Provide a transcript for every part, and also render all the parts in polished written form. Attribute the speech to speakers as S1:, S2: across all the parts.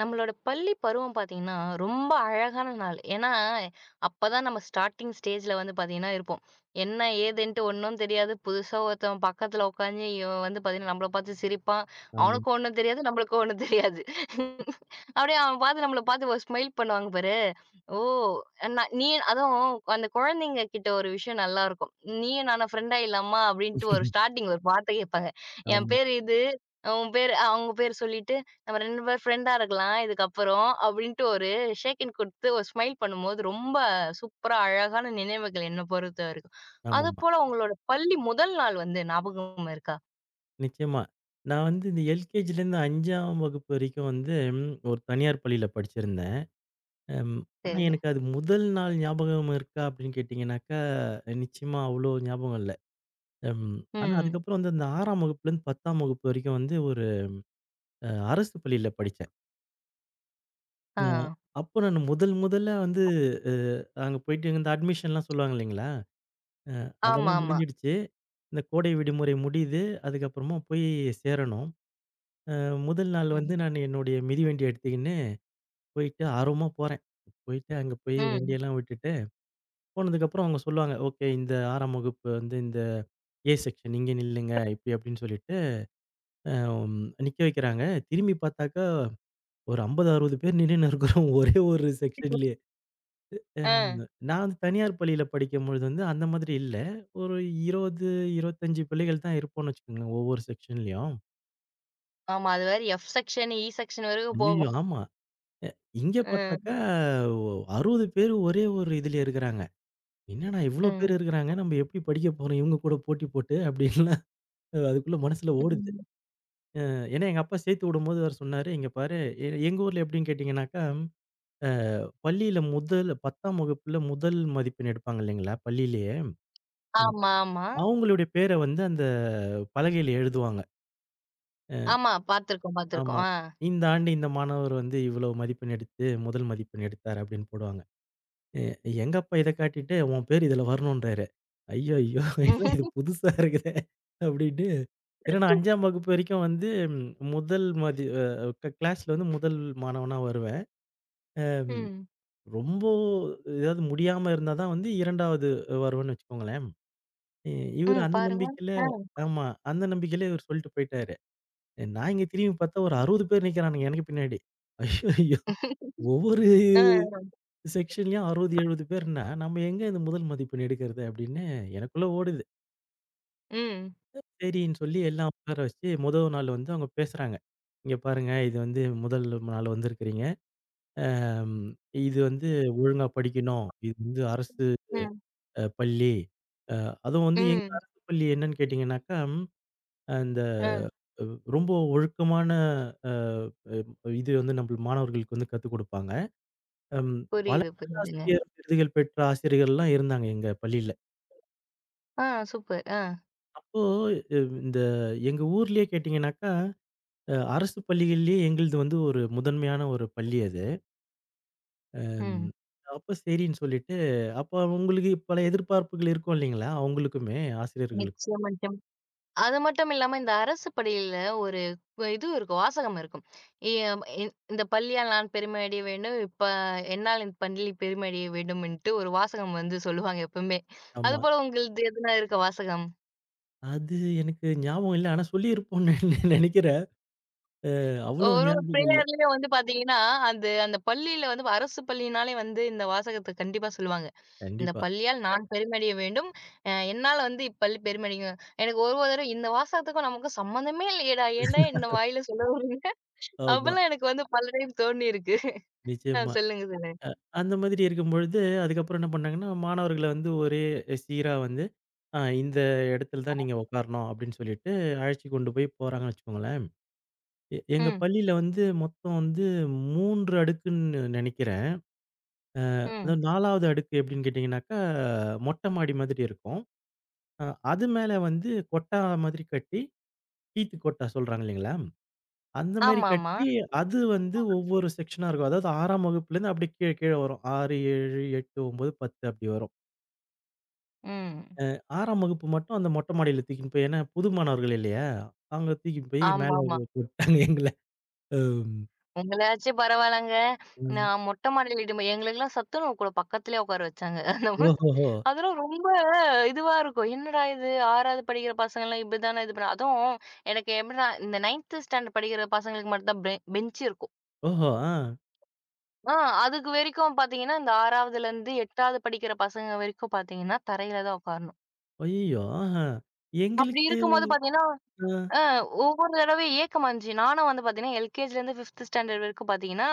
S1: நம்மளோட பள்ளி பருவம் பார்த்தீங்கன்னா, ரொம்ப அழகான நாள். ஏன்னா, அப்பதான் நம்ம ஸ்டார்ட்டிங் ஸ்டேஜ்ல வந்து பார்த்தீங்கன்னா இருப்போம். என்ன ஏதுன்ட்டு ஒண்ணும் தெரியாது. புதுசா ஒருத்தவன் பக்கத்துல உட்காந்து இவன் வந்து பார்த்தீங்கன்னா, நம்மள பார்த்து சிரிப்பான்.
S2: ஆமா.
S1: அவனுக்கும் ஒண்ணும் தெரியாது, நம்மளுக்கும் ஒண்ணும் தெரியாது. அப்படியே அவன் பார்த்து நம்மள பார்த்து ஒரு ஸ்மைல் பண்ணுவாங்க பாரு. ஓ! நீ அதுவும் அந்த குழந்தைங்க கிட்ட ஒரு விஷயம் நல்லாருக்கும். "நீயும் நானும் ஃப்ரெண்ட் ஆயிடலாமா?" அப்படின்ட்டு ஒரு ஸ்டார்ட்டிங் ஒரு வார்த்தை கேட்பாங்க. "என்
S2: ஆமா,
S1: பேரு இது, உன் பேரு" அவங்க பேர் சொல்லிட்டு நம்ம 2 பேரும் ஃப்ரெண்டா இருக்கலாம் இதுக்கப்புறம். அப்டின்ட்டு ஒரு ஷேக் ஹேண்ட் குடுத்து ஒரு ஸ்மைல் பண்ணும்போது, ரொம்ப சூப்பரா அழகான நினைவுகள் என்ன பொறுத்தவரைக்கும்.
S2: ஆமாமா.
S1: அதுபோல உங்களோட பள்ளி முதல் நாள் வந்து ஞாபகம் இருக்கா?
S2: நிச்சயமா. நான் வந்து இந்த எல்கேஜிலேருந்து 5ஆம் வகுப்பு வரைக்கும் வந்து ஒரு தனியார் பள்ளியில படிச்சிருந்தேன். அம் ஆனா
S1: சரிங்க.
S2: எனக்கு அது முதல் நாள் ஞாபகம் இருக்கா அப்படின்னு கேட்டீங்கன்னாக்கா, நிச்சயமா அவ்வளோ ஞாபகம் இல்ல. ம் ஆனா
S1: ம்.
S2: அதுக்கப்புறம் வந்து அந்த 6ஆம் வகுப்புலேருந்து 10ஆம் வகுப்பு வரைக்கும் வந்து ஒரு அரசு பள்ளியில படிச்சேன். அ
S1: ஆ.
S2: அப்போ நான் முதல் முதல்ல வந்து அங்க போயிட்டு இந்த அட்மிஷன்லாம் சொல்லுவாங்க இல்லைங்களா? அ அதெல்லாம்
S1: ஆமாமா.
S2: முடிஞ்சிடுச்சு. இந்த கோடை விடுமுறை முடியுது. அதுக்கப்புறமா போய் சேரணும். அ முதல் நாள்
S1: ம்.
S2: வந்து நான் என்னுடைய மிதிவண்டிய எடுத்துக்கின்னு போயிட்டு ஆர்வமா போறேன். போயிட்டு அங்க போய்
S1: ம்.
S2: வண்டியெல்லாம் விட்டுட்டு, போனதுக்கப்புறம் அவங்க சொல்லுவாங்க. ஓகே இந்த 6ஆம் வகுப்பு வந்து இந்த ஏ செக்ஷன் இங்க நில்லுங்க. இப்படி அப்படின்னு சொல்லிட்டு அ நிக்க வைக்கிறாங்க. திரும்பி பார்த்தாக்கா ஒரு 50, 60 பேர் நின்னுன்னு இருக்கிறோம் ஒரே ஒரு செக்ஷன்லயே.
S1: ஆ.
S2: ம் நான் வந்து தனியார் பள்ளியில படிக்கும்பொழுது வந்து அந்த மாதிரி இல்ல. ஒரு 20, 25 பிள்ளைகள் தான் இருப்போம்னு வச்சுக்கோங்களேன் ஒவ்வொரு செக்ஷன்லயும்.
S1: ஆமா. அது வேற எஃப் செக்ஷன், இ செக்ஷன் வரைக்கும்
S2: ஐய்யயோ!
S1: போகும்.
S2: ஆமா. இங்க
S1: ம்.
S2: பார்த்தாக்கா, ஒ 60 பேர் ஒரே ஒரு இதுல இருக்கிறாங்க. என்னடா இவ்ளோ
S1: ம்.
S2: பேர் இருக்கிறாங்க, நம்ம எப்படி படிக்க போறோம் இவங்க கூட போட்டி போட்டு அப்படின்லாம் அதுக்குள்ள மனசுல ஓடுது.
S1: ம்.
S2: ஏன்னா எங்க அப்பா சேர்த்து விடும்போது அவரு சொன்னாரு, "இங்க பாரு எங்க ஊர்ல எப்படின்னு கேட்டீங்கன்னாக்கா, அ பள்ளியில முதல் 10ஆம் வகுப்புல முதல் மதிப்பெண் எடுப்பாங்க இல்லைங்களா பள்ளியிலேயே,
S1: ஆமா, ஆமா.
S2: அவங்களுடைய பேர வந்து அந்த பலகையில எழுதுவாங்க." அ
S1: ஆமா. பார்த்துருக்கோம்,
S2: ஆமா.
S1: பார்த்துருக்கோம். ஆ.
S2: "இந்த ஆண்டு இந்த மாணவர் வந்து இவ்வளவு மதிப்பெண் எடுத்து முதல் மதிப்பெண் எடுத்தார்" அப்படின்னு போடுவாங்க. எ எங்க அப்பா இத காட்டிட்டு, "உன் பேரு இதுல வரணுன்றாரு." ஐயய்யோ! என்ன இது புதுசா இருக்குதே! அப்டின்ட்டு ஏன்னா நான் 5ஆம் வகுப்பு வரைக்கும் வந்து ம், முதல் மதி அ க கிளாஸ்ல வந்து முதல் மாணவனா வருவேன்.
S1: ம்.
S2: ரொம்ப ஏதாவது முடியாம இருந்தா தான் வந்து 2வது வருவேன்னு வச்சுக்கோங்களேன். இ இவரு
S1: ம்.
S2: அந்த
S1: பாருங்க.
S2: நம்பிக்கையில
S1: ஆ.
S2: ஆமா. அந்த நம்பிக்கையில இவரு சொல்லிட்டு போயிட்டாரு. நான் இங்க திரும்பி பார்த்தா ஒரு 60 பேர் நிக்கிறானுங்க எனக்கு பின்னாடி. ஐயய்யோ! ஒவ்வொரு
S1: ஆ.
S2: செக்ஷன்லயும் 60, 70 பேர்ன்னா, நம்ம எங்க இந்த முதல் மதிப்பெண் எடுக்கிறது? அப்டின்னு எனக்குள்ள ஓடுது.
S1: ம்.
S2: சரின்னு சொல்லி எல்லாம் உட்கார வச்சு, முதல் நாள் வந்து அவங்க பேசுறாங்க. "இங்க பாருங்க, இது வந்து முதல் நாள் வந்திருக்கிறீங்க. அம் இது வந்து ஒழுங்கா படிக்கணும். இது வந்து அரசு
S1: ம்.
S2: பள்ளி. அ அதுவும் வந்து எங்க
S1: ம்.
S2: அரசு பள்ளி என்னன்னு கேட்டீங்கன்னாக்கா, அந்த
S1: ம்.
S2: ரொம்ப ஒழுக்கமான அ அ இது வந்து நம்ம மாணவர்களுக்கு வந்து கத்துக் குடுப்பாங்க. அம் பல
S1: புரியுது, புரியுதுங்க.
S2: நல்லாசிரியர் விருதுகள் பெற்ற ஆசிரியர்கள்லாம் இருந்தாங்க எங்க பள்ளியில.
S1: ஆ சூப்பர். ஆ.
S2: அப்போ, இந்த எங்க ஊர்லயே கேட்டீங்கன்னாக்கா அரசு பள்ளிகள்லயே எங்கள்து வந்து ஒரு முதன்மையான ஒரு பள்ளி அது. அம்
S1: ம்.
S2: அப்ப சரின்னு சொல்லிட்டு, அப்ப அவங்களுக்கு பல எதிர்பார்ப்புகள் இருக்கும் இல்லைங்களா? அவங்களுக்குமே, ஆசிரியர்களுக்கும்.
S1: நிச்சயமா, நிச்சயமா. அது மட்டும் இல்லாம இந்த அரசு பள்ளியில ஒரு இது இருக்கும். வாசகம் இருக்கும். எ இந் இந்த பள்ளியால் நான் பெருமை அடைய வேண்டும். இப்ப என்னால் இந்த பள்ளி பெருமை அடைய வேண்டும்ன்ட்டு ஒரு வாசகம் வந்து சொல்லுவாங்க எப்பவுமே.
S2: ஆமா.
S1: அதுபோல உங்களது எதுனா இருக்கா வாசகம்?
S2: அது எனக்கு ஞாபகம் இல்ல. ஆனா சொல்லியிருப்போம்ன்னு நெனைக்கிறேன். அவ்ளோ
S1: ஒரு ஒரு
S2: ஞாபகம் இல்ல.
S1: பிரேயர்லயும் வந்து பாத்தீங்கன்னா, அந்த அந்த பள்ளியில வந்து அரசு பள்ளினாலே வந்து இந்த வாசகத்த கண்டிப்பா சொல்லுவாங்க. இந்த
S2: கண்டிப்பா.
S1: பள்ளியால் நான் பெருமடைய வேண்டும். அ என்னால வந்து இப்பள்ளி பெருமடையும். எனக்கு ஒரு ஒரு தடவ இந்த வாசகத்துக்கும் நமக்கும் சம்மந்தமே இல்லையேடா! ஏன்டா என்ன வாயில சொல்ல வர்றீங்க?
S2: ஆமா.
S1: அப்பல்லாம் எனக்கு வந்து பல டைம் தோணியிருக்கு. ஆ
S2: நிச்சயமா.
S1: சொல்லுங்க, சொல்லுங்க.
S2: அந்த மாதிரி இருக்கும்பொழுது, அதுக்கப்புறம் என்ன பண்ணாங்கன்னா, மாணவர்கள வந்து ஒரே சீரா வந்து, இந்த இடத்துல தான் நீங்க உட்காரணும்." அப்படின்னு சொல்லிட்டு அழைச்சு கொண்டு போய் போறாங்கன்னு வச்சுக்கோங்களேன். எங்க
S1: ம்,
S2: பள்ளியில வந்து மொத்தம் வந்து 3 அடுக்குன்னு நினைக்கிறேன்.
S1: ம்.
S2: அதாவது 4வது அடுக்கு எப்படின்னு கேட்டீங்கன்னாக்கா, மொட்டை மாடி மாதிரி இருக்கும். அ அது மேல வந்து கொட்டா மாதிரி கட்டி, கீத்து கொட்டா சொல்றாங்க இல்லைங்களா? அந்த மாரி
S1: ஆமாமா.
S2: கட்டி, அது வந்து ஒவ்வொரு செக்ஷனா இருக்கும். அதாவது 6ஆம் வகுப்புலேருந்து அப்படியே கீழ கீழ வரும். 6, 7, 8, 9, 10 அப்படி வரும்.
S1: ம்.
S2: 6ஆம் வகுப்பு மட்டும் அந்த மொட்டை மாடியில தூக்கின்னு போய் ஏன்னா புது மாணவர்கள் இல்லையா? அவங்க தூக்கின்னு போய் மேல
S1: ஆமாமா.
S2: போட்டாங்க எங்கள. அம்.
S1: உங்களாச்சும் பரவால்லங்க.
S2: ம்.
S1: நான் மொட்ட மாடியில இடும்போ எங்களுக்கெல்லாம் சத்துணவு கூட பக்கத்திலேயே உட்கார வச்சாங்க.
S2: ஓஹோஹோ!
S1: அதெல்லாம் ரொம்ப இதுவா இருக்கும். என்னடா இது 6வது படிக்கிற பசங்கலாம் இப்படிதானே இது பண்ண அதுவும் எனக்கு எப்படின்னா இந்த 9த் ஸ்டாண்டர்ட் படிக்கிற பசங்களுக்கு மட்டும் தான் பெஞ்ச் இருக்கும்.
S2: ஓஹோ! ஆ.
S1: ஆ அதுக்கு வரைக்கும் பாத்தீங்கன்னா, இந்த 6வதுலருந்து 8வது படிக்கிற பசங்க வரைக்கும் பாத்தீங்கன்னா, தரையில தான் உட்காரணும்.
S2: அய்யய்யோ! ஆஹா.
S1: அப்படி
S2: எங்களுக்கு
S1: இருக்கும்போது பாத்தீங்கன்னா,
S2: ஆ
S1: அ ஒவ்வொரு தடவையும் ஏக்கமா இருந்துச்சு. நானும் வந்து பாத்தீங்கன்னா, எல்கேஜிலருந்து 5த் ஸ்டாண்டர்ட் வரைக்கும் பாத்தீங்கன்னா,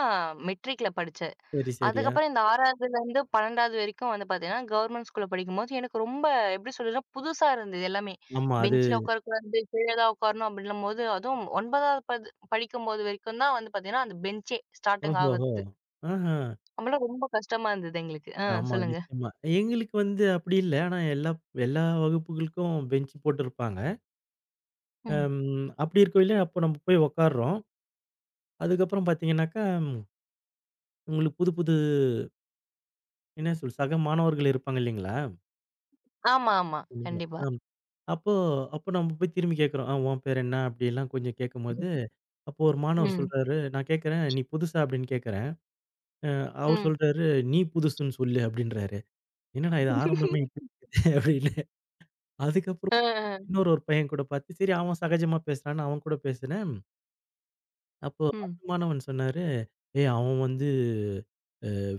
S1: மெட்ரிக்ல படிச்சேன்.
S2: சரி, சரி. ஆ.
S1: அதுக்கப்புறம் இந்த 6வதுலருந்து 12வது வரைக்கும் வந்து பாத்தீங்கன்னா, கவர்மெண்ட் ஸ்கூல்ல படிக்கும்போது எனக்கு ரொம்ப எப்படி சொல்றதுன்னா, புதுசா இருந்தது எல்லாமே.
S2: ஆமா. அது
S1: பெஞ்ச்ல உட்காரக்கூடாது, கீழ தான் உட்காரணும் அப்படின்னும்போது, அதுவும் 9வது படிக்கும்போது வரைக்கும் தான் வந்து பாத்தீங்கன்னா, அந்த பெஞ்சே ஸ்டார்டிங்
S2: ஓஹோஹோ!
S1: ஆவறது.
S2: ஆஹா.
S1: அப்பலாம் ரொம்ப கஷ்டமா இருந்தது எங்களுக்கு. ஆ
S2: ஆமா,
S1: சொல்லுங்க.
S2: நிச்சயமா. எங்களுக்கு வந்து அப்படி இல்ல. ஆனா எல்லா எல்லா வகுப்புகளுக்கும் பெஞ்ச் போட்டிருப்பாங்க.
S1: ம்.
S2: அம் அப்படி இருக்கையில அப்போ நம்ம போய் உட்கார்றோம். அதுக்கப்புறம் பார்த்தீங்கன்னாக்கா, உங்களுக்கு புது புது என்ன சொல் சக மாணவர்கள் இருப்பாங்க இல்லைங்களா?
S1: ஆமா, ஆமா. கண்டிப்பா.
S2: ஆம். அப்போ அப்போ நம்ம போய் திரும்பி கேட்கிறோம். "ஆ உன் பேர் என்ன?" அப்படிலாம் கொஞ்சம் கேட்கும்போது, அப்போ ஒரு மாணவர்
S1: ம்.
S2: சொல்றாரு, நான் கேட்கிறேன், "நீ புதுசா?" அப்படின்னு கேட்கிறேன். அ அவர்
S1: ம்.
S2: சொல்றாரு, "நீ புதுசுன்னு சொல்லு" அப்படின்றாரு. என்னடா இது ஆரம்பமே இப்படி இருக்குதே அப்படின்னு.
S1: அ,
S2: அதுக்கப்புறம்
S1: அ.
S2: இன்னொரு ஒரு பையன் கூட பார்த்து, சரி அவன் சகஜமா பேசுறான்னு அவன் கூட பேசினேன். அப்போ அந்த
S1: ம்.
S2: மாணவன் சொன்னாரு, "ஏய் அவன் வந்து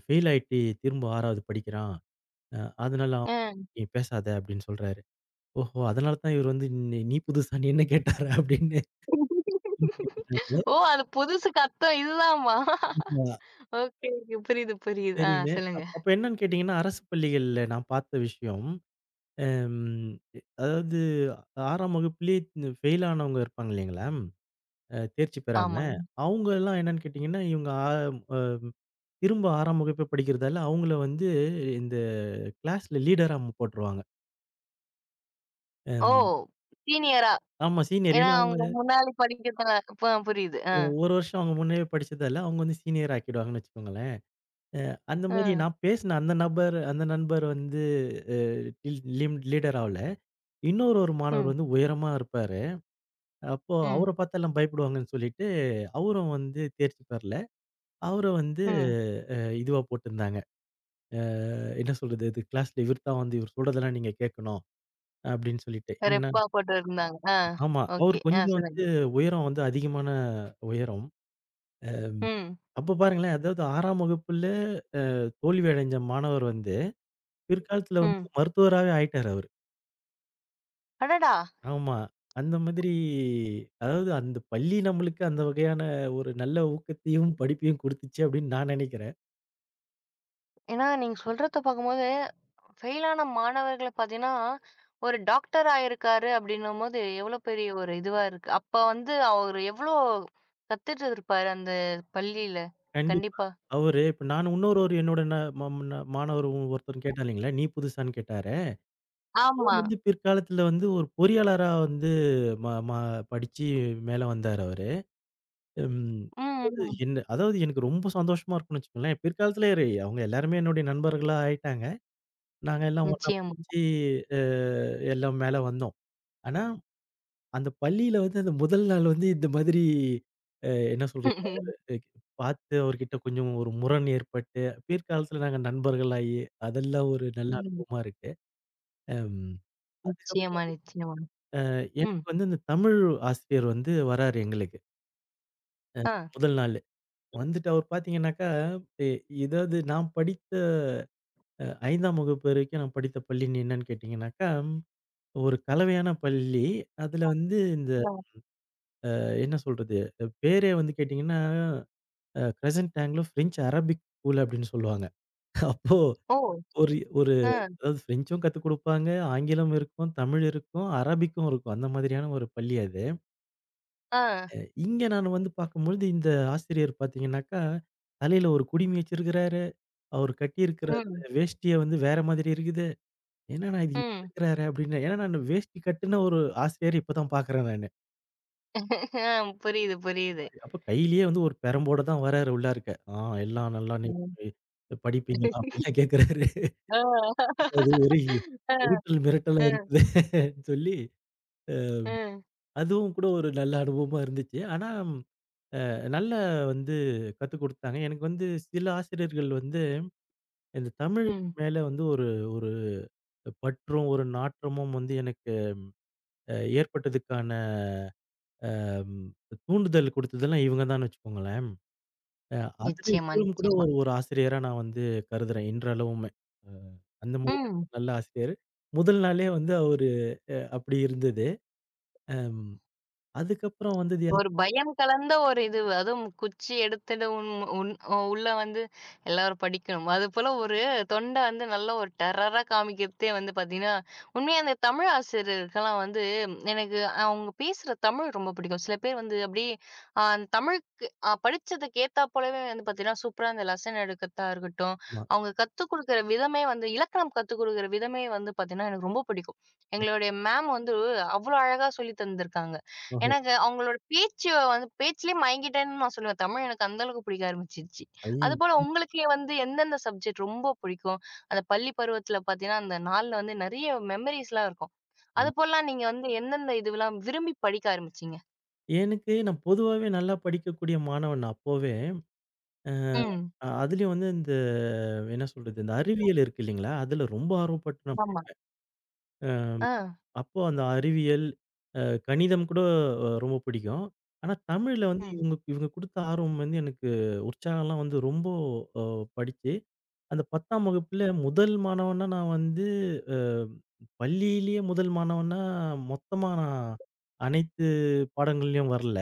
S2: ஃபெயில் ஆயிட்டு திரும்ப 6வது படிக்கிறான். அ அதனால அவன்
S1: அ.
S2: நீ பேசாத" அப்படின்னு சொல்றாரு. ஓஹோ! அதனால தான் இவர் வந்து நீ நீ புதுசான்னு என்ன கேட்டாரா அப்படின்னு புரிஞ்சுக்கிட்டேன் நானு.
S1: ஓ! அது புதுசுக்கு அர்த்தம் இதுதாம்மா.
S2: ஆ
S1: ஓகே, ஓகே. புரியுது, புரியுது. ஆ
S2: சரின்னு.
S1: சொல்லுங்க.
S2: அப்ப என்னன்னு கேட்டீங்கன்னா, அரசு பள்ளிகள்ல நான் பார்த்த விஷயம், அம் அதாவது 6ஆம் வகுப்பிலேயே ஃபெயில் ஆனவங்க இருப்பாங்க இல்லைங்களா? தேர்ச்சி பெறாம,
S1: ஆமாங்க.
S2: அவுங்கலாம் என்னன்னு கேட்டீங்கன்னா, இவுங்க ஆ அ திரும்ப 6ஆம் வகுப்பே படிக்கிறதால, அவுங்கள வந்து இந்த கிளாஸ்ல லீடரா போட்டுருவாங்க.
S1: ஓ!
S2: அம்
S1: சீனியரா.
S2: ஆமா சீனியர்.
S1: ஏன்னா
S2: ஏன்னா அவுங்க
S1: அவங்க முன்னாடி படிக்கிறதுனால இப்ப புரியுது. அ,
S2: ஒரு வருஷம் அவுங்க முன்னவே படிச்சதால, அவுங்க வந்து சீனியர் ஆக்கிடுவாங்கன்னு வச்சுக்கோங்களேன். அ அந்த
S1: அ.
S2: மாரி நான் பேசின அந்த நபர் அந்த நண்பர் வந்து அ டில் லிம் லீடர் ஆவல. இன்னொரு ஒரு மாணவர்
S1: ம்,
S2: வந்து உயரமா இருப்பாரு. அப்போ அவர
S1: ம்,
S2: பாத்து எல்லாம் பயப்படுவாங்கன்னு சொல்லிட்டு, அவரும் வந்து தேர்ச்சி பெறல. அவர வந்து
S1: ம்.
S2: அ இதுவா போட்டிருந்தாங்க. அ என்ன சொல்றது? இது கிளாஸ்ல இவர் தான் வந்து இவர் சொல்றதெல்லாம் நீங்க கேட்கணும். அப்படின்னு சொல்லிட்டு. ஏன்னா
S1: ரெப்பா போட்டு இருந்தாங்க. ஆ.
S2: ஆமா. அவர்
S1: ஓகே. ஆ
S2: கொஞ்சம்
S1: சொல்லுங்க.
S2: வந்து உயரம் வந்து அதிகமான உயரம்.
S1: ம்,
S2: அப்ப பாருங்களேன், அதாவது 6ஆம் வகுப்புல தோல்வி அடைஞ்ச மாணவர் வந்து, பிற்காலத்துல வந்து
S1: ம்.
S2: மருத்துவராவே ஆயிட்டாரு அவரு.
S1: அடடா!
S2: ஆமா. அந்த மாதிரி அதாவது அந்த பள்ளி நம்மளுக்கு அந்த வகையான ஒரு நல்ல ஊக்கத்தையும், படிப்பையும் குடுத்துச்சு அப்படின்னு நான் நெனைக்கிறேன்.
S1: ஏன்னா நீங்க சொல்றத பார்க்கும்போது ஃபெயில் ஆன மாணவர்கள பார்த்தீங்கன்னா, ஒரு டாக்டர் ஆயிருக்காரு அப்படின்னும்போது, எவ்வளோ பெரிய ஒரு இதுவா இருக்கு. அப்ப வந்து அவரு எவ்வளோ கத்துட்டு இருப்பாரு அந்த பள்ளியில.
S2: கண்டிப்பா.
S1: கண்டிப்பா.
S2: அவரு இப்ப நான் இன்னொரு என்னோட மாணவர் ஒருத்தர் கேட்டார் இல்லைங்களா? நீ புதுசான்னு கேட்டாரு.
S1: ஆமா.
S2: வந்து பிற்காலத்துல வந்து ஒரு பொறியாளரா வந்து ம ம படிச்சு மேல வந்தாரு அவரு. ம்.
S1: ம்,
S2: அதாவது
S1: ம்.
S2: என்ன அதாவது எனக்கு ரொம்ப சந்தோஷமா இருக்கும்னு வச்சுக்கோங்களேன். பிற்காலத்துல அவங்க எல்லாருமே என்னுடைய நண்பர்களா ஆயிட்டாங்க. நாங்க எல்லாம் ஒண்ணா
S1: நிச்சயமா.
S2: படிச்சு அ எல்லாம் மேல வந்தோம். ஆனா, அந்த பள்ளியில வந்து அந்த முதல் நாள் வந்து இந்த மாதிரி என்ன சொல்றது அவரு பார்த்து அவர்கிட்ட கொஞ்சம் ஒரு முரண் ஏற்பட்டு, பிற்காலத்துல நாங்க நண்பர்களாகி அதெல்லாம் ஒரு நல்ல
S1: ம்.
S2: அனுபவமா இருக்கு. அம்.
S1: நிச்சயமா,
S2: அதுக்கப்புறம்
S1: நிச்சயமா. ம்.
S2: எனக்கு வந்து அந்த தமிழ் ஆசிரியர் வந்து வராரு எங்களுக்கு.
S1: ஆ.
S2: முதல் நாளு. வந்துட்டு அவர் பார்த்தீங்கன்னாக்கா, எ இதாவது நான் படித்த அ 5ஆம் வகுப்பு வரைக்கும் நான் படித்த பள்ளி என்னன்னு கேட்டீங்கன்னாக்கா, ஒரு கலவையான பள்ளி. அதுல வந்து இந்த
S1: ஆ.
S2: என்ன சொல்றது? பேரே வந்து கேட்டீங்கன்னா, Crescent Anglo French Arabic school அப்படின்னு சொல்லுவாங்க. அப்போ
S1: ஓ!
S2: ஒரு ஒரு
S1: ஆ,
S2: அதாவது பிரெஞ்சும் கத்துக் குடுப்பாங்க, ஆங்கிலம் இருக்கும், தமிழ் இருக்கும், அரபிக்கும் இருக்கும். அந்த மாதிரியான ஒரு பள்ளி அது.
S1: ஆ.
S2: அ இங்க நான் வந்து பார்க்கும்பொழுது, இந்த ஆசிரியர் பார்த்தீங்கன்னாக்கா, தலையில ஒரு குடுமி வச்சிருக்கிறாரு. அவர் கட்டியிருக்கிற அந்த
S1: ம்,
S2: வேஷ்டிய வந்து வேற மாதிரி இருக்குது. என்னடா இது இப்படி
S1: ம்.
S2: இருக்கிறாரே அப்படின்னு. ஏன்னா நான் வேஷ்டி கட்டுன ஒரு ஆசிரியர் இப்ப தான் பார்க்குறேன் நானு.
S1: ஆ புரியுது,
S2: இந்த
S1: புரியுது.
S2: மாரி அப்ப கையிலேயே வந்து ஒரு பெரம்போட தான் வராரு உள்ளாருக்க. எல்லாம் நல்லா நீ
S1: ம்.
S2: படிப்பீங்களா? அப்படிலாம் கேட்கிறாரு.
S1: ஆ.
S2: அது ஒரு
S1: ஆ,
S2: உருட்டல் மிரட்டலா
S1: ஆ,
S2: இருக்குது சொல்லி, அ
S1: ஆ.
S2: அதுவும் கூட ஒரு நல்ல அனுபவமா இருந்துச்சு. ஆனா நல்லா வந்து கத்துக் குடுத்தாங்க. எனக்கு வந்து சில ஆசிரியர்கள் வந்து இந்த தமிழ்
S1: ம்.
S2: மேல வந்து ஒரு ஒரு பற்றும், ஒரு நாற்றமும் வந்து எனக்கு அ ஏற்பட்டதுக்கான ம் தூண்டுதல் குடுத்ததெல்லாம் இவங்க தான்னு வச்சுக்கோங்களேன். அ அதுல
S1: நிச்சயமா,
S2: இவரும் கூட
S1: நிச்சயமா.
S2: ஒரு ஒரு ஆசிரியரா நான் வந்து கருதுறேன் இன்றளவுமே. அ அந்த மாதிரியான
S1: ம்.
S2: ஒரு நல்ல ஆசிரியர். முதல் நாளே வந்து அவரு அப்படி இருந்தது. அம் அதுக்கப்புறம் வந்தது
S1: ஒரு பயம் கலந்த ஒரு இது. அதுவும் குச்சி எடுத்துட்டு உன் உன் உள்ள வந்து எல்லாரும் படிக்கணும். அதுபோல ஒரு தொண்ட வந்து நல்ல ஒரு டெரரா காமிக்கிறதே வந்து பார்த்தீங்கன்னா, உண்மையா அந்த தமிழ் ஆசிரியருக்கெல்லாம் வந்து எனக்கு அவங்க பேசுற தமிழ் ரொம்ப பிடிக்கும். சில பேர் வந்து அப்படியே அ தமிழுக்கு படிச்சதுக்கு ஏத்தா போலவே வந்து பார்த்தீங்கன்னா, சூப்பரா அந்த லெசன் எடுக்கிறதா இருக்கட்டும்,
S2: யாருமா
S1: அவங்க கத்துக் குடுக்குற விதமே வந்து இலக்கணம் கத்துக் குடுக்குற விதமே வந்து பார்த்தீங்கன்னா, எனக்கு ரொம்ப பிடிக்கும். எங்களுடைய மேம் வந்து அவ்வளோ அழகா சொல்லி தந்திருக்காங்க.
S2: ஓஹோ!
S1: எனக்கு அவங்களோட பேச்சு வந்து பேச்சிலேயே மயங்கிட்டேன்னு நான் சொல்லுவேன். தமிழ் எனக்கு அந்த அளவுக்கு பிடிக்க ஆரம்பிச்சுருச்சு.
S2: ஐயயோ!
S1: அதுபோல உங்களுக்கு வந்து எந்தெந்த சப்ஜெக்ட் ரொம்ப பிடிக்கும்? அந்த பள்ளி பருவத்தில பார்த்தீங்கன்னா, அந்த நாள்ல வந்து நெறைய மெமரீஸ்லாம் இருக்கும்.
S2: ஐயோ!
S1: அதுபோலலாம் நீங்க வந்து எந்தெந்த இதுவெல்லாம் விரும்பி படிக்க ஆரம்பிச்சீங்க?
S2: எனக்கு நான் பொதுவாவே நல்லா படிக்கக்கூடிய மாணவன் அப்போவே.
S1: ம்.
S2: அதுலயும் வந்து இந்த என்ன சொல்றது? இந்த அறிவியல் இருக்கு இல்லீங்களா? அதுல ரொம்ப ஆர்வப்பட்டு நான்
S1: ஆமா.
S2: அ
S1: ஆ.
S2: அப்போ அந்த அறிவியல், அ கணிதம் கூட ரொம்ப பிடிக்கும். ஆனா தமிழ்ல வந்து
S1: ம்.
S2: இவங்க இவங்க குடுத்த ஆர்வம் வந்து எனக்கு உற்சாகம்லாம் வந்து ரொம்ப அ படிச்சு, அந்த 10ஆம் வகுப்புல முதல் மாணவனா நான் வந்து அ பள்ளியிலேயே முதல் மாணவனா மொத்தமா நான் அனைத்து பாடங்கள்லயும் வரல.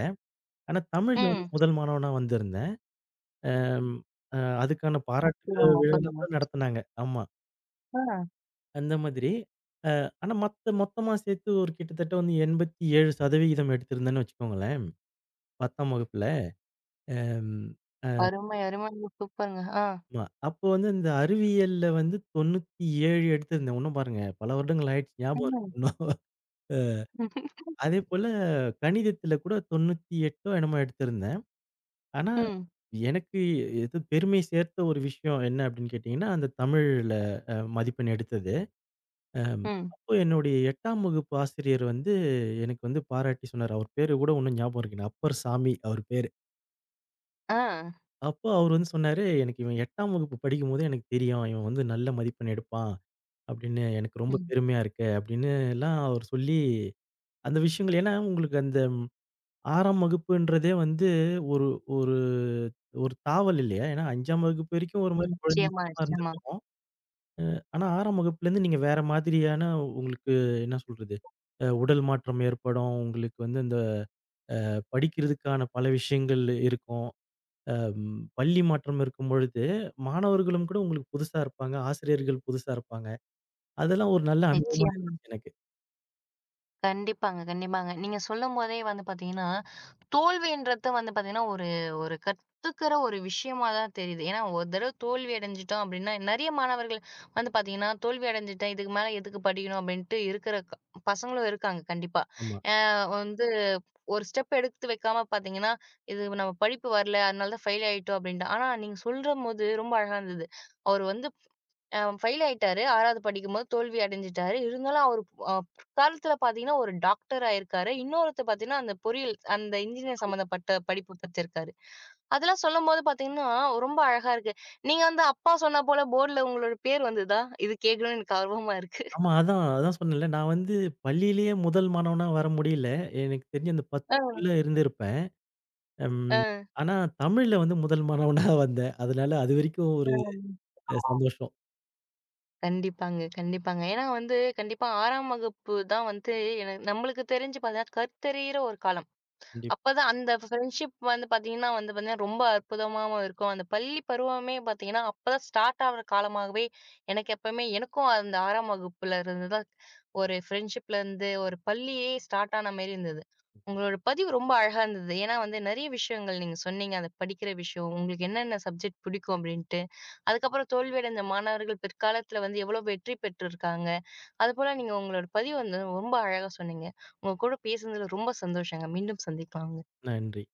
S2: ஆனா தமிழ்ல வந்து
S1: ம்.
S2: முதல் மாணவனா வந்திருந்தேன். அம் அ அதுக்கான பாராட்டு
S1: ஒப்பந்தமா,
S2: விழாலாம்
S1: ஒப்பந்தமா.
S2: கூட நடத்துனாங்க. ஆமா.
S1: ஆ.
S2: அந்த மாதிரி. ஆனா, மத்த மொத்தமா சேர்த்து ஒரு கிட்டத்தட்ட வந்து 87% எடுத்திருந்தேன்னு வச்சுக்கோங்களேன், 10ஆம் வகுப்புல. அம்
S1: அருமை, அருமைங்க. சூப்பருங்க. ஆ.
S2: ஆமா. அப்போ வந்து இந்த அறிவியல்ல வந்து 97 எடுத்திருந்தேன். இன்னும் பாருங்க பல வருடங்கள் ஆயிடுச்சு. ஞாபகம் இருக்கு
S1: ம்.
S2: இன்னும். அதேபோல கணிதத்தில கூட 98ஓ என்னமோ எடுத்திருந்தேன். ஆனா,
S1: ம்.
S2: எனக்கு எது பெருமை சேர்த்த ஒரு விஷயம் என்ன அப்படின்னு கேட்டீங்கன்னா, அந்த தமிழ்ல மதிப்பெண் எடுத்தது. அம்.
S1: ம்.
S2: அப்போ என்னுடைய 8ஆம் வகுப்பு ஆசிரியர் வந்து எனக்கு வந்து பாராட்டி சொன்னாரு. அவர் பேரு கூட இன்னும் ஞாபகம் இருக்கு. எனக்கு அப்பர் சாமி அவர் பேரு.
S1: ஆ.
S2: அப்போ அவர் வந்து சொன்னாரு, "எனக்கு இவன் 8ஆம் வகுப்பு படிக்கும்போதே எனக்கு தெரியும். இவன் வந்து நல்ல மதிப்பெண் எடுப்பான்" அப்படின்னு. "எனக்கு ரொம்ப
S1: ம்.
S2: பெருமையா இருக்கு" அப்படின்னு எல்லாம் அவர் சொல்லி அந்த விஷயங்கள் ஏன்னா உங்களுக்கு அந்த 6ஆம் வகுப்புன்றதே வந்து ஒரு ஒரு ஒரு தாவல் இல்லையா? ஏன்னா 5ஆம் வகுப்பு வரைக்கும் ஒரு மாரி
S1: நிச்சயமா,
S2: குழந்தைத்தனமா
S1: நிச்சயமா.
S2: இருந்திருப்போம். ஆனா 6ஆம் வகுப்புலேருந்து நீங்க வேற மாதிரியான உங்களுக்கு என்ன சொல்றது? உடல் மாற்றம் ஏற்படும். உங்களுக்கு வந்து அந்த படிக்கிறதுக்கான பல விஷயங்கள் இருக்கும். அ ம் பள்ளி மாற்றம் இருக்கும்பொழுது, மாணவர்களும் கூட உங்களுக்கு புதுசா இருப்பாங்க. ஆசிரியர்கள் புதுசா இருப்பாங்க. அதெல்லாம் ஒரு நல்ல ஓ! அனுபவமா
S1: நிச்சயம்.
S2: இருந்துச்சு எனக்கு.
S1: கண்டிப்பாங்க, கண்டிப்பாங்க. நீங்க சொல்லும்போதே வந்து பார்த்தீங்கன்னா, தோல்வின்றது வந்து பார்த்தீங்கன்னா, ஒரு ஒரு கத்துக்கிற ஒரு விஷயமா தான் தெரியுது. ஏன்னா, ஒரு தடவ தோல்வி அடைஞ்சுட்டோம் அப்டின்னா, நெறைய மாணவர்கள் வந்து பார்த்தீங்கன்னா, தோல்வி அடைஞ்சுட்டேன், இதுக்கு மேல எதுக்கு படிக்கணும் அப்டின்ட்டு இருக்கிற பசங்களும் இருக்காங்க கண்டிப்பா.
S2: ஆமா.
S1: அ வந்து ஒரு ஸ்டெப் எடுத்து வைக்காம பார்த்தீங்கன்னா, இது நம்ம படிப்பு வரல, அதனால தான் ஃபெயில் ஆயிட்டோம் அப்டின்ட்டு. ஆனா, நீங்க சொல்றம்போது ரொம்ப அழகா இருந்தது. அவரு வந்து அ ஃபெயில் ஆயிட்டாரு. 6வது படிக்கும்போது தோல்வி அடைஞ்சுட்டாரு. இருந்தாலும் அவரு அ பிற்காலத்துல பார்த்தீங்கன்னா, ஒரு டாக்டர் ஆயிருக்காரு. இன்னொருத்தர் பார்த்தீங்கன்னா, அந்த பொறியியல் அந்த இன்ஜினியர் சம்மந்தப்பட்ட படிப்பு படிச்சிருக்காரு. அதெல்லாம் சொல்லும்போது பார்த்தீங்கன்னா, ரொம்ப அழகா இருக்கு. நீங்க வந்து அப்பா சொன்னா போல போர்ட்ல உங்களோட பேர் வந்துதா? இது கேட்கணும்னு எனக்கு ஆர்வமா இருக்கு.
S2: ஆமா. அதான் அதான் சொன்னேன்ல. நான் வந்து பள்ளியிலேயே முதல் மாணவனா வர முடியல. எனக்கு தெரிஞ்சு அந்த
S1: அ,
S2: 10க்குள்ள இருந்திருப்பேன். ம்.
S1: அ,
S2: ஆனா தமிழ்ல வந்து முதல் மாணவனா வந்தேன். அதனால அதுவரைக்கும் ஒரு
S1: அ.
S2: சந்தோஷம்.
S1: கண்டிப்பாங்க, கண்டிப்பாங்க. ஏன்னா வந்து கண்டிப்பா 6ஆம் வகுப்பு தான் வந்து என நம்மளுக்கு தெரிஞ்சு பார்த்தீங்கன்னா, கருத்தெரியிற ஒரு காலம்.
S2: கண்டிப்பா.
S1: அப்பதான் அந்த ஃப்ரெண்ட்ஷிப் வந்து பார்த்தீங்கன்னா வந்து பார்த்தீங்கன்னா, ரொம்ப அற்புதமாவும் இருக்கும். அந்த பள்ளி பருவமே பார்த்தீங்கன்னா, அப்பதான் ஸ்டார்ட் ஆகுற காலமாகவே எனக்கு எப்பவுமே எனக்கும் அந்த 6ஆம் வகுப்புல இருந்து தான் ஒரு ஃப்ரெண்ட்ஷிப்ல இருந்து ஒரு பள்ளியே ஸ்டார்ட் ஆன மாரி இருந்தது. உங்களோட பதிவு ரொம்ப அழகா இருந்தது. ஏன்னா வந்து நெறைய விஷயங்கள் நீங்க சொன்னீங்க. அந்த படிக்கிற விஷயம், உங்களுக்கு என்னென்ன சப்ஜெக்ட் பிடிக்கும் அப்டின்ட்டு. அதுக்கப்புறம் தோல்வியடைந்த மாணவர்கள் பிற்காலத்துல வந்து எவ்வளோ வெற்றி பெற்றிருக்காங்க. அதுபோல நீங்க உங்களோட பதிவு வந்து ரொம்ப அழகா சொன்னீங்க. உங்க கூட பேசுனதுல ரொம்ப சந்தோஷங்க. மீண்டும் சந்திக்கலாங்க.
S2: நன்றி.